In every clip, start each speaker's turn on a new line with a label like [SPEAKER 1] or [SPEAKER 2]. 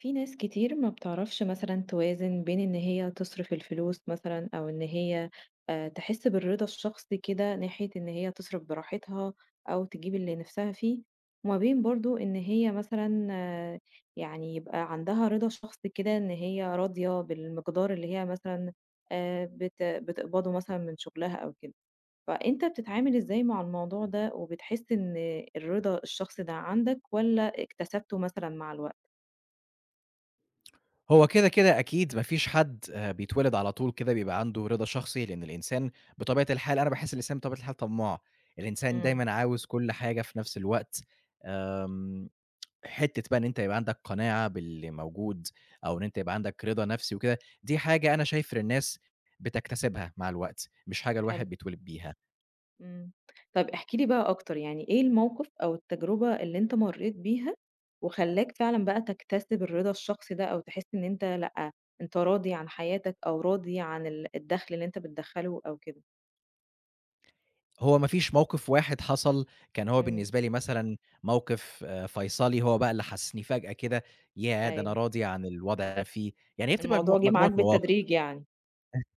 [SPEAKER 1] في ناس كتير ما بتعرفش مثلًا توازن بين إن هي تصرف الفلوس مثلًا أو إن هي تحس بالرضا الشخصي كده ناحية إن هي تصرف براحتها أو تجيب اللي نفسها فيه، وما بين برضه إن هي مثلًا يعني يبقى عندها رضا شخصي كده إن هي راضية بالمقدار اللي هي مثلًا بت بتقبضه مثلًا من شغلها أو كده. فأنت بتتعامل إزاي مع الموضوع ده، وبتحس إن الرضا الشخصي ده عندك والّا اكتسبته مثلًا مع الوقت؟
[SPEAKER 2] هو كده، أكيد ما فيش حد بيتولد على طول كده بيبقى عنده رضا شخصي، لإن الإنسان بطبيعة الحال أنا باحس الإنسان بطبيعة الحال طماع، الإنسان
[SPEAKER 1] إمم،
[SPEAKER 2] دايمًا عاوز كل حاجة في نفس الوقت، آمم، حتّة بقى إن أنت يبقى عندك قناعة باللي موجود أو إن أنت يبقى عندك رضا نفسي وكده، دي حاجة أنا شايف إن الناس بتكتسبها مع الوقت، مش حاجة الواحد
[SPEAKER 1] حلو.
[SPEAKER 2] بيتولد بيها.
[SPEAKER 1] إمم. طَب احكِ لي بقى أكتر، يعني إيه الموقف أو التجربة اللي أنت مرّيت بيها وخلّاك فعلًا بقى تكتسب الرضا الشخصي ده أو تحس إن أنت لأ، أنت راضي عن حياتك أو راضي عن الدخل اللي أنت بتدخّله أو كده؟
[SPEAKER 2] هو ما فيش موقف واحد حصل كان هو
[SPEAKER 1] إمم،
[SPEAKER 2] بالنسبة لي مثلًا موقف فيصلي، هو بقى اللي حسّسني فجأة كده ياه! ده أنا
[SPEAKER 1] أيوه.
[SPEAKER 2] راضي عن الوضع اللي أنا فيه، يعني هي بتبقى
[SPEAKER 1] الموضوع جِه معاك
[SPEAKER 2] مجموعة مواقف.
[SPEAKER 1] بالتدريج يعني.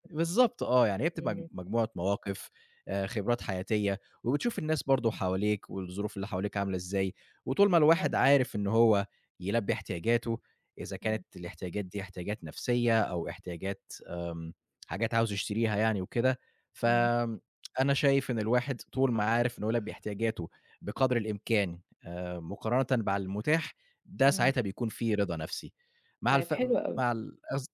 [SPEAKER 2] بالضبط آه، يعني هي بتبقى
[SPEAKER 1] إمم،
[SPEAKER 2] مجموعة مواقف، خبرات حياتية، وبتشوف الناس برضه حواليك والظروف اللي حواليك عاملة إزاي، وطول ما الواحد
[SPEAKER 1] حلو.
[SPEAKER 2] عارف إن هو يلبّي احتياجاته، إذا كانت
[SPEAKER 1] إمم،
[SPEAKER 2] الاحتياجات دي احتياجات نفسية أو احتياجات حاجات عاوز يشتريها يعني وكده،
[SPEAKER 1] إمم،
[SPEAKER 2] فآمم، أنا شايف إن الواحد طول ما عارف إن هو يلبّي احتياجاته بقدر الإمكان مقارنةً مع المتاح، ده
[SPEAKER 1] إمم.
[SPEAKER 2] ساعتها بيكون في رضا نفسي. مع
[SPEAKER 1] طيب
[SPEAKER 2] الف
[SPEAKER 1] حلو أوي.
[SPEAKER 2] مع الأخذ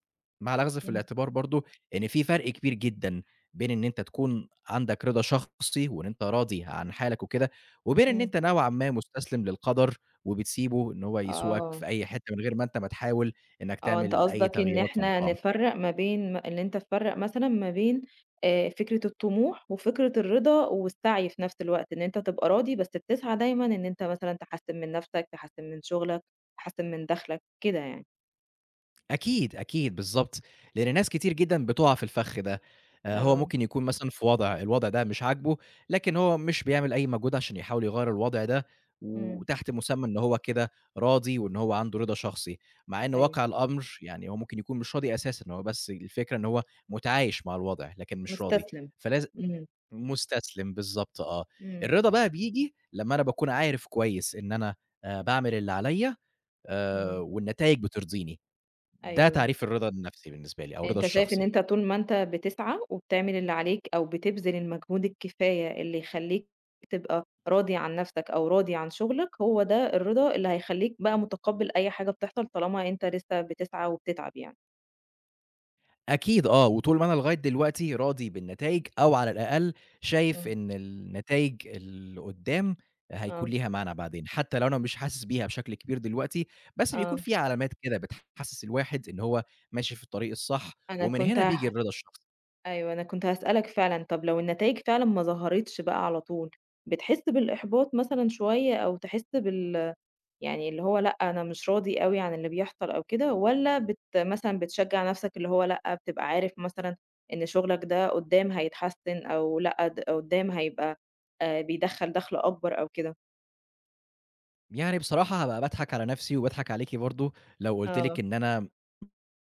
[SPEAKER 2] مع الأخذ في
[SPEAKER 1] إمم،
[SPEAKER 2] الاعتبار برضه إن في فرق كبير جدًا بين إن أنت تكون عندك رضا شخصي وإن أنت راضي عن حالك وكده، وبين إن
[SPEAKER 1] إمم.
[SPEAKER 2] أنت نوعًا ما مستسلم للقدر وبتسيبه إن هو يسوقك في
[SPEAKER 1] آه.
[SPEAKER 2] أي حتة من غير ما أنت ما تحاول إنك
[SPEAKER 1] آه، أنت
[SPEAKER 2] تعمل أي
[SPEAKER 1] قصدك إن
[SPEAKER 2] تغييرات في
[SPEAKER 1] إحنا
[SPEAKER 2] الموضوع.
[SPEAKER 1] نفرّق ما بين إن أنت تفرّق مثلًا ما بين فكرة الطموح وفكرة الرضا والسعي في نفس الوقت، إن أنت تبقى راضي بس بتسعى دايمًا إن أنت مثلًا تحسّن من نفسك، تحسّن من شغلك، تحسّن من دخلك، كده يعني.
[SPEAKER 2] أكيد، أكيد، بالضبط، لإن ناس كتير جدًا بتُقع في الفخ ده، هو
[SPEAKER 1] آه،
[SPEAKER 2] ممكن يكون مثلًا في وضع، الوضع ده مش عاجبه، لكن هو مش بيعمل أي مجهود عشان يحاول يغيّر الوضع ده،
[SPEAKER 1] إمم،
[SPEAKER 2] وتحت مسمى إن هو كده راضي وإن هو عنده رضا شخصي، مع إن
[SPEAKER 1] أيوه،
[SPEAKER 2] واقع الأمر يعني هو ممكن يكون مش راضي أساسًا، هو بس الفكرة إن هو متعايش مع الوضع، لكن مش راضي،
[SPEAKER 1] مستسلم.
[SPEAKER 2] فلاز
[SPEAKER 1] إمم،
[SPEAKER 2] مستسلم، بالضبط آه،
[SPEAKER 1] إمم،
[SPEAKER 2] الرضا بقى بييجي لمّا أنا باكون عارف كويس إن أنا باعمل اللي عليَّ
[SPEAKER 1] إمم،
[SPEAKER 2] والنتايج بترضيني، ده
[SPEAKER 1] أيوه.
[SPEAKER 2] تعريف الرضا النفسي بالنسبة لي أو الرضا
[SPEAKER 1] أنت شايف إن
[SPEAKER 2] الشخصي.
[SPEAKER 1] أنت طول ما أنت بتسعى وبتعمل اللي عليك أو بتبذل المجهود الكفاية اللي يخلّيك تبقى راضي عن نَفْسك أو راضي عن شغلك، هو ده الرضا اللي هيخلّيك بقى مُتقبّل أي حاجة بتحصل طالما أنت لسه بتسعى وبتتعب يعني.
[SPEAKER 2] أكيد آه، وطول ما أنا لغاية دلوقتي راضي بالنتايج أو على الأقل شايف
[SPEAKER 1] إمم.
[SPEAKER 2] إن النتايج اللي قدّام هيكون
[SPEAKER 1] آه،
[SPEAKER 2] ليها معنى بعدين، حتى لو أنا مش حاسس بيها بشكل كبير دلوقتي، بس بيكون
[SPEAKER 1] آه.
[SPEAKER 2] في علامات كده بتحسس الواحد إن هو ماشي في الطريق الصح،
[SPEAKER 1] أنا
[SPEAKER 2] ومن
[SPEAKER 1] كنت
[SPEAKER 2] هنا بييجي
[SPEAKER 1] هاح
[SPEAKER 2] الرضا الشخصي.
[SPEAKER 1] أيوه، أنا كنت هاسألك فعلًا طَب لو النتايج فعلًا ما ظهرتش بقى على طول، بتحس بالإحباط مثلًا شوية أو تحس يعني اللي هو لأ، أنا مش راضي أوي عن اللي بيحصل أو كده، والّا مثلًا بتشجع نفْسك اللي هو لأ، بتبقى عارف مثلًا إن شغلك ده قدّام هيتحسّن أو لأ، قدّام هيبقى بيدخّل دخْل أكبر أو كده؟
[SPEAKER 2] يعني بصراحة هابقى باضحك على نفسي وباضحك عليكِ برضه لو قُلت لِك
[SPEAKER 1] آه،
[SPEAKER 2] إن أنا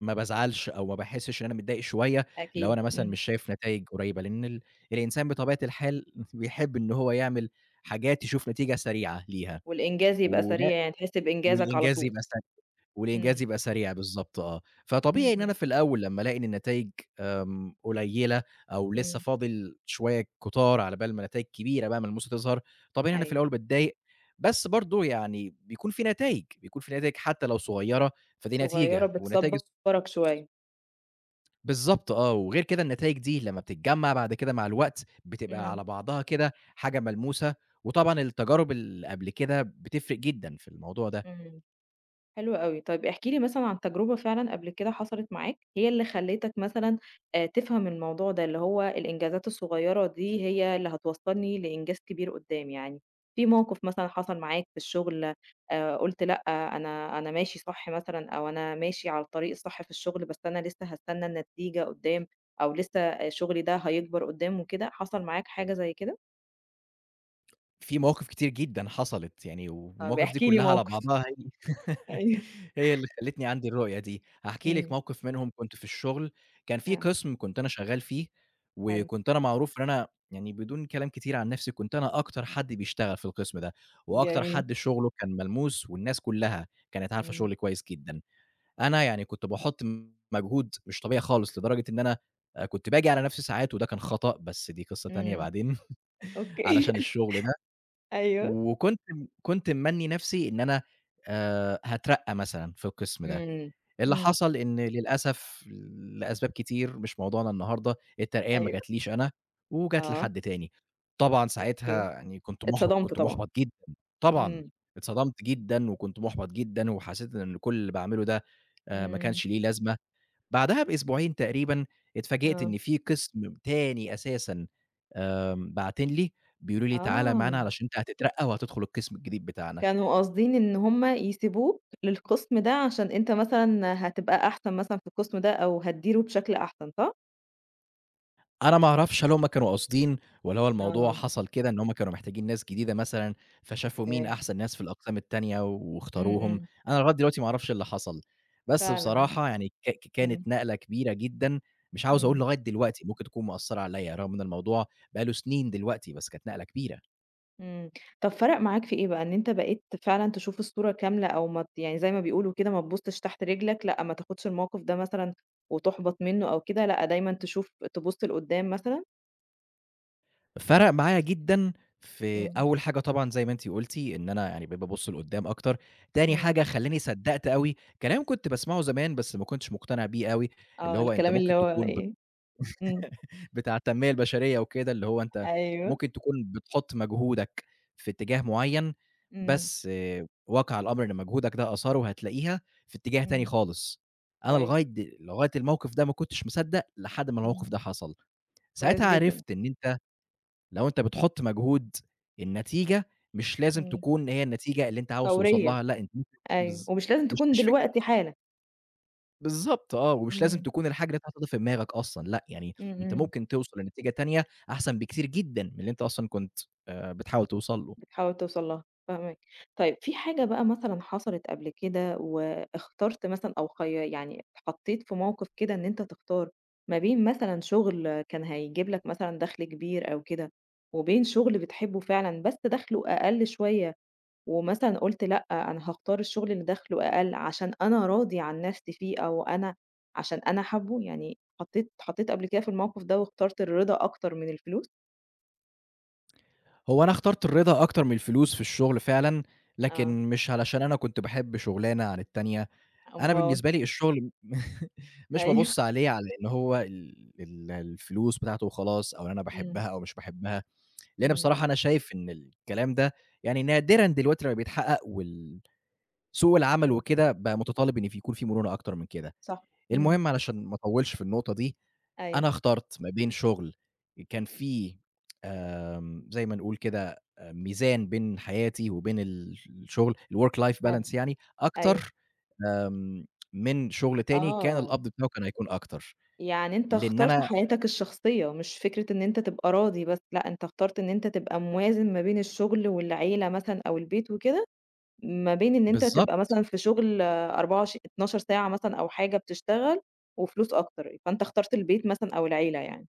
[SPEAKER 2] ما بازعلش أو ما باحسّش إن أنا متضايق شوية، لو
[SPEAKER 1] أكيد،
[SPEAKER 2] أنا مثلًا
[SPEAKER 1] إمم،
[SPEAKER 2] مش شايف نتايج قريّبة، لإن الإنسان بطبيعة الحال بيحب إن هو يعمل حاجات يشوف نتيجة سريعة ليها،
[SPEAKER 1] والإنجاز يبقى
[SPEAKER 2] وده
[SPEAKER 1] سريع يعني تحس بإنجازك على
[SPEAKER 2] والإنجاز
[SPEAKER 1] طول،
[SPEAKER 2] يبقى سر والإنجاز
[SPEAKER 1] إمم،
[SPEAKER 2] يبقى سريع بالضبط آه،
[SPEAKER 1] إمم،
[SPEAKER 2] فطبيعي إن أنا
[SPEAKER 1] إمم،
[SPEAKER 2] في الأول لمّا ألاقي إن النتايج قليّلة أو لسه
[SPEAKER 1] إمم،
[SPEAKER 2] فاضل شوية كتار على بال ما نتايج كبيرة بقى ملموسة تظهر، طبيعي إن أنا في
[SPEAKER 1] أيوه،
[SPEAKER 2] الأول باتضايق، بس برضه يعني بيكون في نتايج، بيكون في نتايج حتى لو صغيّرة فدي
[SPEAKER 1] صغيّرة
[SPEAKER 2] نتيجة، والنتايج الص
[SPEAKER 1] بتصبّرك شوية،
[SPEAKER 2] بالضبط آه، وغير كده النتايج دي لمّا بتتجمّع بعد كده مع الوقت، بتبقى
[SPEAKER 1] إمم،
[SPEAKER 2] على بعضها كده حاجة ملموسة، وطبعًا التجارب اللي قبل كده بتفرق جدًا في الموضوع ده.
[SPEAKER 1] إمم. حلو أوي. طيب احكِ لي مثلًا عن تجربة فعلًا قبل كده حصلت معاك، هي اللي خلّتك مثلًا تفهم الموضوع ده، اللي هو الإنجازات الصغيرة دي هي اللي هتوصّلني لإنجاز كبير قُدّام يعني. في موقف مثلًا حصل معاك في الشغل قُلت لأ، أنا ماشي صح مثلًا أو أنا ماشي على الطريق الصح في الشغل، بس أنا لسه هاستنى النتيجة قُدّام أو لسه شغلي ده هيكبر قُدّام وكده، حصل معاك حاجة زي كده؟
[SPEAKER 2] في مواقف كتير جدًا حصلت يعني،
[SPEAKER 1] طب
[SPEAKER 2] والمواقف دي
[SPEAKER 1] احكِ لي
[SPEAKER 2] كلها على
[SPEAKER 1] موقف.
[SPEAKER 2] بعضها هي
[SPEAKER 1] أيوه.
[SPEAKER 2] هي اللي خلّتني عندي الرؤية دي. هاحكي لِك
[SPEAKER 1] إمم.
[SPEAKER 2] موقف منهم كنت في الشغل، كان في
[SPEAKER 1] آه،
[SPEAKER 2] قسم كنت أنا شغّال فيه،
[SPEAKER 1] حلو.
[SPEAKER 2] وكنت أنا معروف إن أنا يعني بدون كلام كتير عن نفسي، كنت أنا أكتر حد بيشتغل في القسم ده، وأكتر
[SPEAKER 1] جميل.
[SPEAKER 2] حد شغله كان ملموس، والناس كلها كانت عارفة
[SPEAKER 1] إمم.
[SPEAKER 2] شغلي كويس جدًا. أنا يعني كنت باحط مجهود مش طبيعي خالص، لدرجة إن أنا كنت باجي على نفسي ساعات، وده كان خطأ بس دي قصة تانية
[SPEAKER 1] إمم.
[SPEAKER 2] بعدين
[SPEAKER 1] أوكي
[SPEAKER 2] علشان الشغل
[SPEAKER 1] أيوه.
[SPEAKER 2] وكنت م كنت ممنّي نَفْسي إن أنا هاترقّى مثلًا في القسم ده،
[SPEAKER 1] إمم،
[SPEAKER 2] اللي
[SPEAKER 1] إمم.
[SPEAKER 2] حصل إن للأسف لأسباب كتير مش موضوعنا النهارده، الترقية ما
[SPEAKER 1] أيوه،
[SPEAKER 2] جاتليش أنا وجات
[SPEAKER 1] آه،
[SPEAKER 2] لحد تاني. طبعًا
[SPEAKER 1] أوكي.
[SPEAKER 2] ساعتها يعني
[SPEAKER 1] اتصدمت
[SPEAKER 2] كنت
[SPEAKER 1] طبعًا.
[SPEAKER 2] مُحبَط جدًا، طبعًا
[SPEAKER 1] إمم،
[SPEAKER 2] اتصدمت جدًا وكنت مُحبَط جدًا وحسّيت إن كل اللي باعمله ده ما
[SPEAKER 1] إمم،
[SPEAKER 2] كانش ليه لازمة. بعدها بأسبوعين تقريبًا اتفاجئت
[SPEAKER 1] آه.
[SPEAKER 2] إن في قسم تاني أساسًا باعتين لي بيقولوا لي: "تعالَ معانا
[SPEAKER 1] آه،
[SPEAKER 2] علشان أنت هتترقى وهتدخل القسم الجديد بتاعنا."
[SPEAKER 1] كانوا قاصدين إن هُم يسيبوك للقسم ده عشان أنت مثلًا هتبقى أحسن مثلًا في القسم ده أو هتديره بشكل أحسن، صح؟
[SPEAKER 2] أنا ما أعرفش هل هُم كانوا قاصدين والّا هو الموضوع
[SPEAKER 1] آه،
[SPEAKER 2] حصل كده إن هُم كانوا محتاجين ناس جديدة مثلًا، فشافوا مين
[SPEAKER 1] أوكي.
[SPEAKER 2] أحسن ناس في الأقسام التانية
[SPEAKER 1] إمم،
[SPEAKER 2] واختاروهم،
[SPEAKER 1] إمم.
[SPEAKER 2] أنا لغاية دلوقتي ما أعرفش إيه اللي حصل. بس
[SPEAKER 1] فعلًا،
[SPEAKER 2] بصراحة يعني كانت
[SPEAKER 1] إمم،
[SPEAKER 2] نقلة كبيرة جدًا، مش عاوز أقول
[SPEAKER 1] إمم.
[SPEAKER 2] لغاية دلوقتي ممكن تكون مأثّرة عليَّ، رغم إن الموضوع بقى له سنين دلوقتي، بس كانت نقلة كبيرة.
[SPEAKER 1] إمم. طب فرق معاك في إيه بقى، إن أنت بقيت فعلًا تشوف الصورة كاملة أو ما ت يعني زي ما بيقولوا كده ما تبُصّش تحت رجلك، لأ ما تاخدش الموقف ده مثلًا وتُحبَط منّه أو كده، لأ دايمًا تشوف تبُص لقدّام مثلًا؟
[SPEAKER 2] فرق معايا جدًا في
[SPEAKER 1] إمم،
[SPEAKER 2] أول حاجة طبعًا زي ما أنتِ قُلتِ، إن أنا يعني بقيت بابُص لقدّام أكتر، تاني
[SPEAKER 1] إمم.
[SPEAKER 2] حاجة خلّاني صدّقت أوي كلام كنت باسمعه زمان بس ما كنتش مقتنع بيه أوي، اللي
[SPEAKER 1] آه،
[SPEAKER 2] هو أنت
[SPEAKER 1] الكلام اللي
[SPEAKER 2] ممكن
[SPEAKER 1] هو
[SPEAKER 2] تكون بت
[SPEAKER 1] إيه إمم،
[SPEAKER 2] بتاع التنمية البشرية وكده، اللي هو أنت
[SPEAKER 1] أيوه.
[SPEAKER 2] ممكن تكون بتحُط مجهودك في اتجاه معيّن،
[SPEAKER 1] إمم،
[SPEAKER 2] بس آه، واقع الأمر إن مجهودك ده آثاره هتلاقيها في اتجاه تاني
[SPEAKER 1] إمم.
[SPEAKER 2] خالص. أنا
[SPEAKER 1] كويس،
[SPEAKER 2] لغاية الموقف ده ما كنتش مصدّق لحد ما الموقف
[SPEAKER 1] إمم،
[SPEAKER 2] ده حصل، ساعتها
[SPEAKER 1] كويس جدًا.
[SPEAKER 2] عرفت إن أنت لو أنت بتحُط مجهود، النتيجة مش لازم
[SPEAKER 1] إمم،
[SPEAKER 2] تكون هي النتيجة اللي أنت عاوز توصل
[SPEAKER 1] فورية،
[SPEAKER 2] لها، لأ أنت ممكن
[SPEAKER 1] أيوه،
[SPEAKER 2] بالض
[SPEAKER 1] ومش لازم
[SPEAKER 2] مش
[SPEAKER 1] تكون
[SPEAKER 2] مش فكرة
[SPEAKER 1] دلوقتي حالًا.
[SPEAKER 2] بالضبط آه، ومش لازم
[SPEAKER 1] إمم،
[SPEAKER 2] تكون الحاجة اللي أنت حاططها في دماغك أصلًا، لأ يعني
[SPEAKER 1] إمم،
[SPEAKER 2] أنت
[SPEAKER 1] إمم.
[SPEAKER 2] ممكن توصل لنتيجة تانية أحسن بكتير جدًا من اللي أنت أصلًا كنت بتحاول توصل له.
[SPEAKER 1] بتحاول توصل لها، فاهماك. طيب في حاجة بقى مثلًا حصلت قبل كده واخترت مثلًا أو يعني اتحطيت في موقف كده إن أنت تختار ما بين مثلًا شغل كان هيجيب لك مثلًا دخل كبير أو كده، وبين شغل بتحبه فعلًا بس دخله أقل شوية، ومثلًا قُلت لأ، أنا هاختار الشغل اللي دخله أقل عشان أنا راضي عن نفسي فيه أو أنا عشان أنا حابه، يعني اتحطيت قبل كده في الموقف ده واخترت الرضا أكتر من الفلوس؟
[SPEAKER 2] هو أنا اخترت الرضا أكتر من الفلوس في الشغل فعلًا،
[SPEAKER 1] آه،
[SPEAKER 2] لكن مش علشان أنا كنت باحب شغلانة عن التانية، أنا
[SPEAKER 1] أومال
[SPEAKER 2] بالنسبة لي الشغل مش
[SPEAKER 1] أيوه،
[SPEAKER 2] بابُص عليه على إن هو ال ال الفلوس بتاعته وخلاص أو إن أنا
[SPEAKER 1] إمم،
[SPEAKER 2] باحبها أو مش باحبها. لأن
[SPEAKER 1] إمم.
[SPEAKER 2] بصراحة أنا شايف إن الكلام ده يعني نادرًا دلوقتي لمّا بيتحقق سوق العمل
[SPEAKER 1] آه،
[SPEAKER 2] وكده بقى متطلب إن يكون في مرونة أكتر من كده.
[SPEAKER 1] صح، إمم،
[SPEAKER 2] المهم علشان ما أطوّلش في النقطة دي،
[SPEAKER 1] أيوه،
[SPEAKER 2] أنا اخترت ما بين شغل كان فيه زي ما نقول كده ميزان بين حياتي وبين الشغل الwork life
[SPEAKER 1] حلو،
[SPEAKER 2] balance يعني
[SPEAKER 1] أيوه،
[SPEAKER 2] أكتر آمم، من شغل تاني كان
[SPEAKER 1] آه،
[SPEAKER 2] القبض بتاعه كان هيكون أكتر،
[SPEAKER 1] يعني أنت
[SPEAKER 2] لإن
[SPEAKER 1] اخترت
[SPEAKER 2] أنا
[SPEAKER 1] حياتك الشخصية، مش فكرة إن أنت تبقى راضي بس، لأ، أنت اخترت إن أنت تبقى موازن ما بين الشغل والعيلة مثلًا أو البيت وكده، ما بين إن أنت تبقى
[SPEAKER 2] بالضبط.
[SPEAKER 1] مثلًا في شغل 24 12 ساعة مثلًا أو حاجة بتشتغل وفلوس أكتر، فأنت اخترت البيت مثلًا أو العيلة يعني.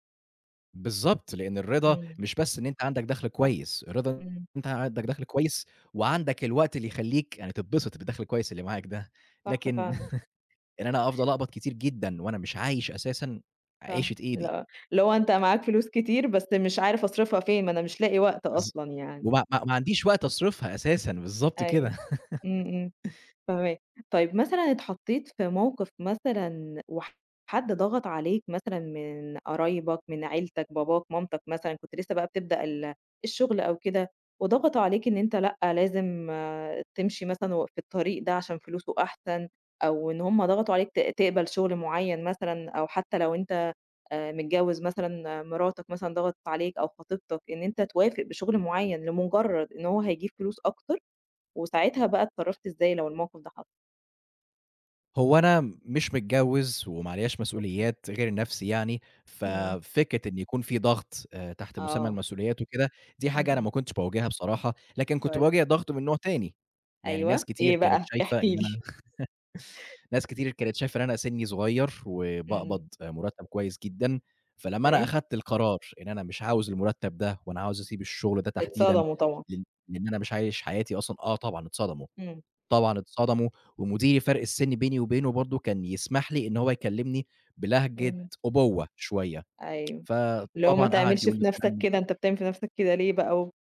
[SPEAKER 2] بالضبط، لإن الرضا
[SPEAKER 1] إمم،
[SPEAKER 2] مش بس إن أنت عندك دخْل
[SPEAKER 1] صح،
[SPEAKER 2] كويس، الرضا إن
[SPEAKER 1] إمم،
[SPEAKER 2] أنت عندك دخْل كويس وعندك الوقت اللي يخلّيك يعني تتبسط بالدخْل الكويس اللي معاك ده،
[SPEAKER 1] صح
[SPEAKER 2] لكن
[SPEAKER 1] فعلًا،
[SPEAKER 2] إن أنا أفضل أقبض كتير جدًا وأنا مش عايش أساسًا
[SPEAKER 1] صح،
[SPEAKER 2] عيشة إيدي
[SPEAKER 1] لأ، اللي هو أنت معاك فلوس كتير بس مش عارف أصرفها فين، ما أنا مش لاقي وقت
[SPEAKER 2] بالض
[SPEAKER 1] أصلًا يعني.
[SPEAKER 2] وما ما ما عنديش وقت أصرفها أساسًا، بالضبط كده.
[SPEAKER 1] أيوه. إمم، إمم، فاهماك. طيب مثلًا اتحطّيت في موقف مثلًا وحد ضغط عليك مثلًا من قرايبك، من عيلتك، باباك، مامتك مثلًا، كنت لسه بقى بتبدأ الشغل أو كده، وضغطوا عليك إن أنت لأ، لازم تمشي مثلًا في الطريق ده عشان فلوسه أحسن، أو إن هم ضغطوا عليك تقبل شغل معيّن مثلًا، أو حتى لو أنت متجوّز مثلًا مراتك مثلًا ضغطت عليك أو خطيبتك إن أنت توافق بشغل معيّن لمجرّد إن هو هيجيب فلوس أكتر؟ وساعتها بقى اتصرّفت إزاي لو الموقف ده حصل؟
[SPEAKER 2] هو أنا مش متجوّز وما عليّاش
[SPEAKER 1] أوكي.
[SPEAKER 2] مسؤوليات غير نَفْسي يعني،
[SPEAKER 1] إمم.
[SPEAKER 2] ففكرة إن يكون في ضغط تحت مسمى
[SPEAKER 1] آه.
[SPEAKER 2] المسؤوليات وكده، دي
[SPEAKER 1] إمم،
[SPEAKER 2] حاجة أنا ما
[SPEAKER 1] إمم.
[SPEAKER 2] كنتش باواجهها بصراحة، لكن كنت
[SPEAKER 1] كويس.
[SPEAKER 2] باواجه ضغط من نوع تاني، يعني ناس
[SPEAKER 1] أيوه.
[SPEAKER 2] كتير
[SPEAKER 1] إيه
[SPEAKER 2] كانت
[SPEAKER 1] بقى؟
[SPEAKER 2] شايفة
[SPEAKER 1] احكِ
[SPEAKER 2] إن
[SPEAKER 1] لي.
[SPEAKER 2] أنا ناس كتير كانت شايفة إن أنا سِنّي صغير
[SPEAKER 1] إمم.
[SPEAKER 2] وباقبض مُرتّب كويس جدًا، فلمّا أنا
[SPEAKER 1] أوكي.
[SPEAKER 2] أخدت القرار إن أنا مش عاوز المُرتّب ده وأنا عاوز أسيب الشغل ده تحديدًا،
[SPEAKER 1] اتصدموا طبعًا.
[SPEAKER 2] لإن لإن أنا مش عايش حياتي أصلًا آه طبعًا اتصدموا.
[SPEAKER 1] إمم.
[SPEAKER 2] طبعًا اتصدموا، ومديري فرق السِن بيني وبينه برضه كان يسمح لي إن هو يكلّمني بلهجة
[SPEAKER 1] إمم.
[SPEAKER 2] أُبَوّة شوية،
[SPEAKER 1] أيوه. اللي هو ما
[SPEAKER 2] فطبعًا قعد
[SPEAKER 1] تعملش
[SPEAKER 2] يقول لي
[SPEAKER 1] في نَفْسك
[SPEAKER 2] كلام
[SPEAKER 1] كده، أنت بتعمل في نَفْسك كده ليه بقى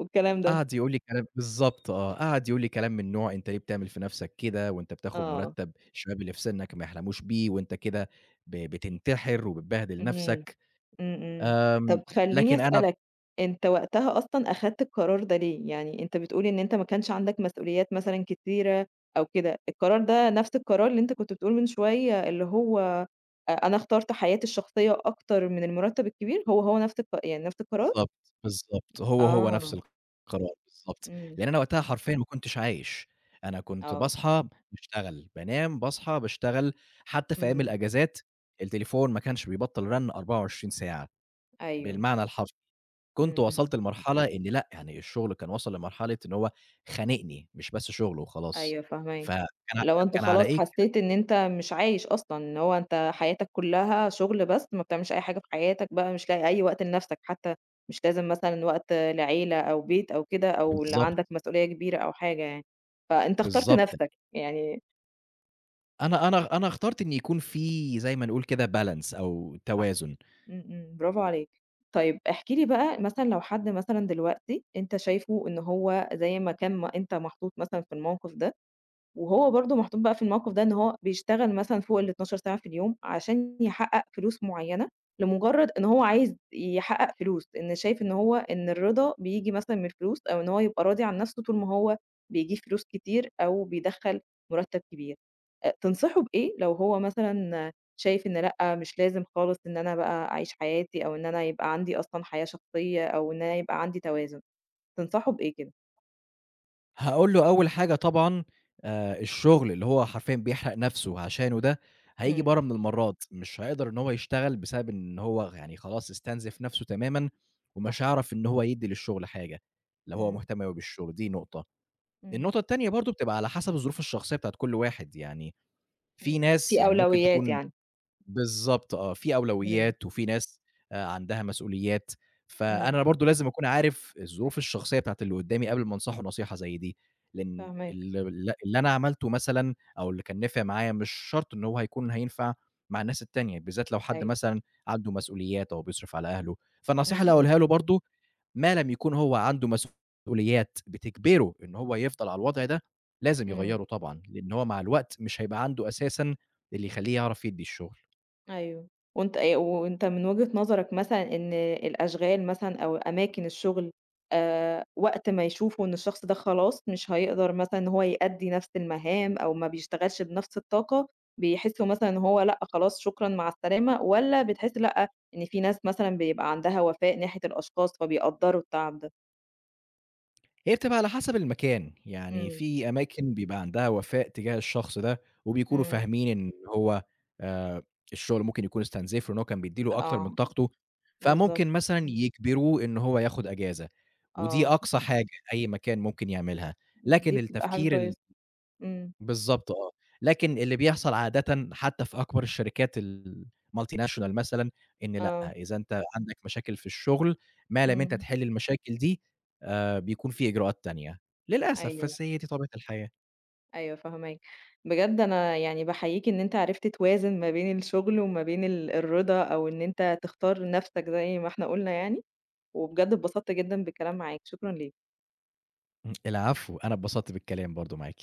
[SPEAKER 1] والكلام ده.
[SPEAKER 2] قعد يقول لي كلام بالضبط آه، قعد يقول لي كلام من نوع أنت ليه بتعمل في نَفْسك كده، وأنت بتاخد
[SPEAKER 1] آه.
[SPEAKER 2] مُرتّب الشباب اللي في سِنّك ما يحلموش بيه، وأنت كده بتنتحر وبتبهدل
[SPEAKER 1] إمم.
[SPEAKER 2] نَفْسك،
[SPEAKER 1] إمم، إمم.
[SPEAKER 2] آمم،
[SPEAKER 1] طب خلّيني
[SPEAKER 2] لكن أنا
[SPEAKER 1] أسألك، أنت وقتها أصلًا أخدت القرار ده ليه؟ يعني أنت بتقول إن أنت ما كانش عندك مسؤوليات مثلًا كتيرة أو كده، القرار ده نفس القرار اللي أنت كنت بتقول من شوية اللي هو أنا اخترت حياتي الشخصية أكتر من المرتب الكبير، هو نفس يعني نفس القرار؟
[SPEAKER 2] بالضبط، بالضبط، هو، هو نفس
[SPEAKER 1] آه،
[SPEAKER 2] القرار بالضبط،
[SPEAKER 1] إمم،
[SPEAKER 2] لإن أنا وقتها حرفيًا ما كنتش عايش، أنا كنت
[SPEAKER 1] آه،
[SPEAKER 2] باصحى باشتغل، بانام، باصحى، باشتغل، حتى في أيام
[SPEAKER 1] إمم،
[SPEAKER 2] الأجازات التليفون ما كانش بيبطّل رن 24 ساعة
[SPEAKER 1] أيوه،
[SPEAKER 2] بالمعنى الحرفي، كنت
[SPEAKER 1] إمم، إمم.
[SPEAKER 2] وصلت لمرحلة إن لأ، يعني الشغل كان وصل لمرحلة إن هو خانقني، مش بس شغل وخلاص،
[SPEAKER 1] أيوه فاهماك.
[SPEAKER 2] فكان ع
[SPEAKER 1] لو أنت
[SPEAKER 2] كان على
[SPEAKER 1] خلاص
[SPEAKER 2] إيه
[SPEAKER 1] حسّيت إن أنت مش عايش أصلًا، إن هو أنت حياتك كلّها شغل بس، ما بتعملش أي حاجة في حياتك بقى، مش لاقي أي وقت لنَفْسك حتّى، مش لازم مثلًا وقت لعيلة أو بيت أو كده، أو
[SPEAKER 2] بالضبط،
[SPEAKER 1] عندك مسؤولية كبيرة أو حاجة يعني، فأنت اخترت
[SPEAKER 2] بالضبط،
[SPEAKER 1] نَفْسك، يعني
[SPEAKER 2] أنا اخترت إن يكون في زي ما نقول كده balance أو
[SPEAKER 1] صح،
[SPEAKER 2] توازن.
[SPEAKER 1] إمم، إمم، برافو عليك. طيب احكِ لي بقى مثلًا لو حد مثلًا دلوقتي أنت شايفه إن هو زي ما كان ما أنت محطوط مثلًا في الموقف ده وهو برضه محطوط بقى في الموقف ده إن هو بيشتغل مثلًا فوق ال12 ساعة في اليوم عشان يحقق فلوس معيّنة، لمجرد إن هو عايز يحقق فلوس، إن شايف إن هو إن الرضا بييجي مثلًا من الفلوس، أو إن هو يبقى راضي عن نفسه طول ما هو بيجيب فلوس كتير أو بيدخّل مرتب كبير. تنصحه بإيه لو هو مثلًا شايف إن لأ، مش لازم خالص إن أنا بقى أعيش حياتي، أو إن أنا يبقى عندي أصلًا حياة شخصية، أو إن أنا يبقى عندي توازن، تنصحه بإيه كده؟
[SPEAKER 2] هاقول له أول حاجة طبعًا الشغل اللي هو حرفيًا بيحرق نَفْسه عشانه ده، هييجي
[SPEAKER 1] إمم،
[SPEAKER 2] برّه من المرّات، مش هيقدر إن هو يشتغل بسبب إن هو يعني خلاص استنزف نَفْسه تمامًا،
[SPEAKER 1] صح،
[SPEAKER 2] ومش هيعرف إن هو يدّي للشغل حاجة، لو هو
[SPEAKER 1] إمم،
[SPEAKER 2] مهتم أوي بالشغل، دي نقطة.
[SPEAKER 1] إمم.
[SPEAKER 2] النقطة التانية برضه بتبقى على حسب الظروف الشخصية بتاعة كل واحد، يعني في
[SPEAKER 1] إمم،
[SPEAKER 2] ناس
[SPEAKER 1] في
[SPEAKER 2] يعني ممكن
[SPEAKER 1] أولويات
[SPEAKER 2] تكون
[SPEAKER 1] يعني،
[SPEAKER 2] بالضبط آه، في
[SPEAKER 1] إمم،
[SPEAKER 2] أولويات وفي ناس عندها مسؤوليات،
[SPEAKER 1] إمم،
[SPEAKER 2] فأنا برضه لازم أكون عارف الظروف الشخصية بتاعة اللي قدّامي قبل ما أنصحه نصيحة زي دي، لإن
[SPEAKER 1] فاهماك،
[SPEAKER 2] ال ال اللي أنا عملته مثلًا أو اللي كان نافع معايا مش شرط إن هو هيكون هينفع مع الناس التانية، بالذات لو حد
[SPEAKER 1] أيوه،
[SPEAKER 2] مثلًا عنده مسؤوليات أو بيصرف على أهله،
[SPEAKER 1] إمم،
[SPEAKER 2] فالنصيحة اللي
[SPEAKER 1] إمم،
[SPEAKER 2] هاقولها له برضه ما لم يكون هو عنده مسؤوليات بتجبره إن هو يفضل على الوضع ده، لازم
[SPEAKER 1] إمم،
[SPEAKER 2] يغيّره طبعًا، لإن هو مع الوقت مش هيبقى عنده أساسًا اللي يخلّيه يعرف يدّي الشغل.
[SPEAKER 1] أيوه، وأنت وأنت من وجهة نظرك مثلًا إن الأشغال مثلًا أو أماكن الشغل وقت ما يشوفوا إن الشخص ده خلاص مش هيقدر مثلًا إن هو يأدّي نفس المهام أو ما بيشتغلش بنفس الطاقة، بيحسوا مثلًا إن هو لأ خلاص شكرًا مع السلامة، والّا بتحس لأ، إن في ناس مثلًا بيبقى عندها وفاء ناحية الأشخاص فبيقدّروا التعب ده؟
[SPEAKER 2] هي بتبقى على حسب المكان، يعني
[SPEAKER 1] إمم،
[SPEAKER 2] في أماكن بيبقى عندها وفاء تجاه الشخص ده، وبيكونوا
[SPEAKER 1] إمم،
[SPEAKER 2] فاهمين إن هو آآ، الشغل ممكن يكون استنزفه، إن هو كان بيدّي له أكتر من
[SPEAKER 1] آه،
[SPEAKER 2] طاقته،
[SPEAKER 1] بالضبط،
[SPEAKER 2] فممكن مثلًا يجبروه إن هو ياخد أجازة، ودي
[SPEAKER 1] آه.
[SPEAKER 2] أقصى حاجة أي مكان ممكن يعملها، لكن
[SPEAKER 1] دي بتبقى حاجة
[SPEAKER 2] التفكير ال
[SPEAKER 1] كويسة، إمم،
[SPEAKER 2] بالضبط آه، لكن اللي بيحصل عادةً حتى في أكبر الشركات الmultinational مثلًا، إن لأ،
[SPEAKER 1] آه،
[SPEAKER 2] إذا أنت عندك مشاكل في الشغل، ما لم أنت
[SPEAKER 1] إمم،
[SPEAKER 2] تحل المشاكل دي بيكون في إجراءات تانية، للأسف،
[SPEAKER 1] أيوه،
[SPEAKER 2] بس هي دي طبيعة الحياة.
[SPEAKER 1] أيوه فاهماك، بجد أنا يعني باحييك إن أنت عرفت توازن ما بين الشغل وما بين الرضا أو إن أنت تختار نفْسك زي ما إحنا قُلنا يعني، وبجد اتبسطت جدًا بالكلام معاك، شكرًا ليك.
[SPEAKER 2] إمم، العفو، أنا اتبسطت بالكلام برضه معاكِ.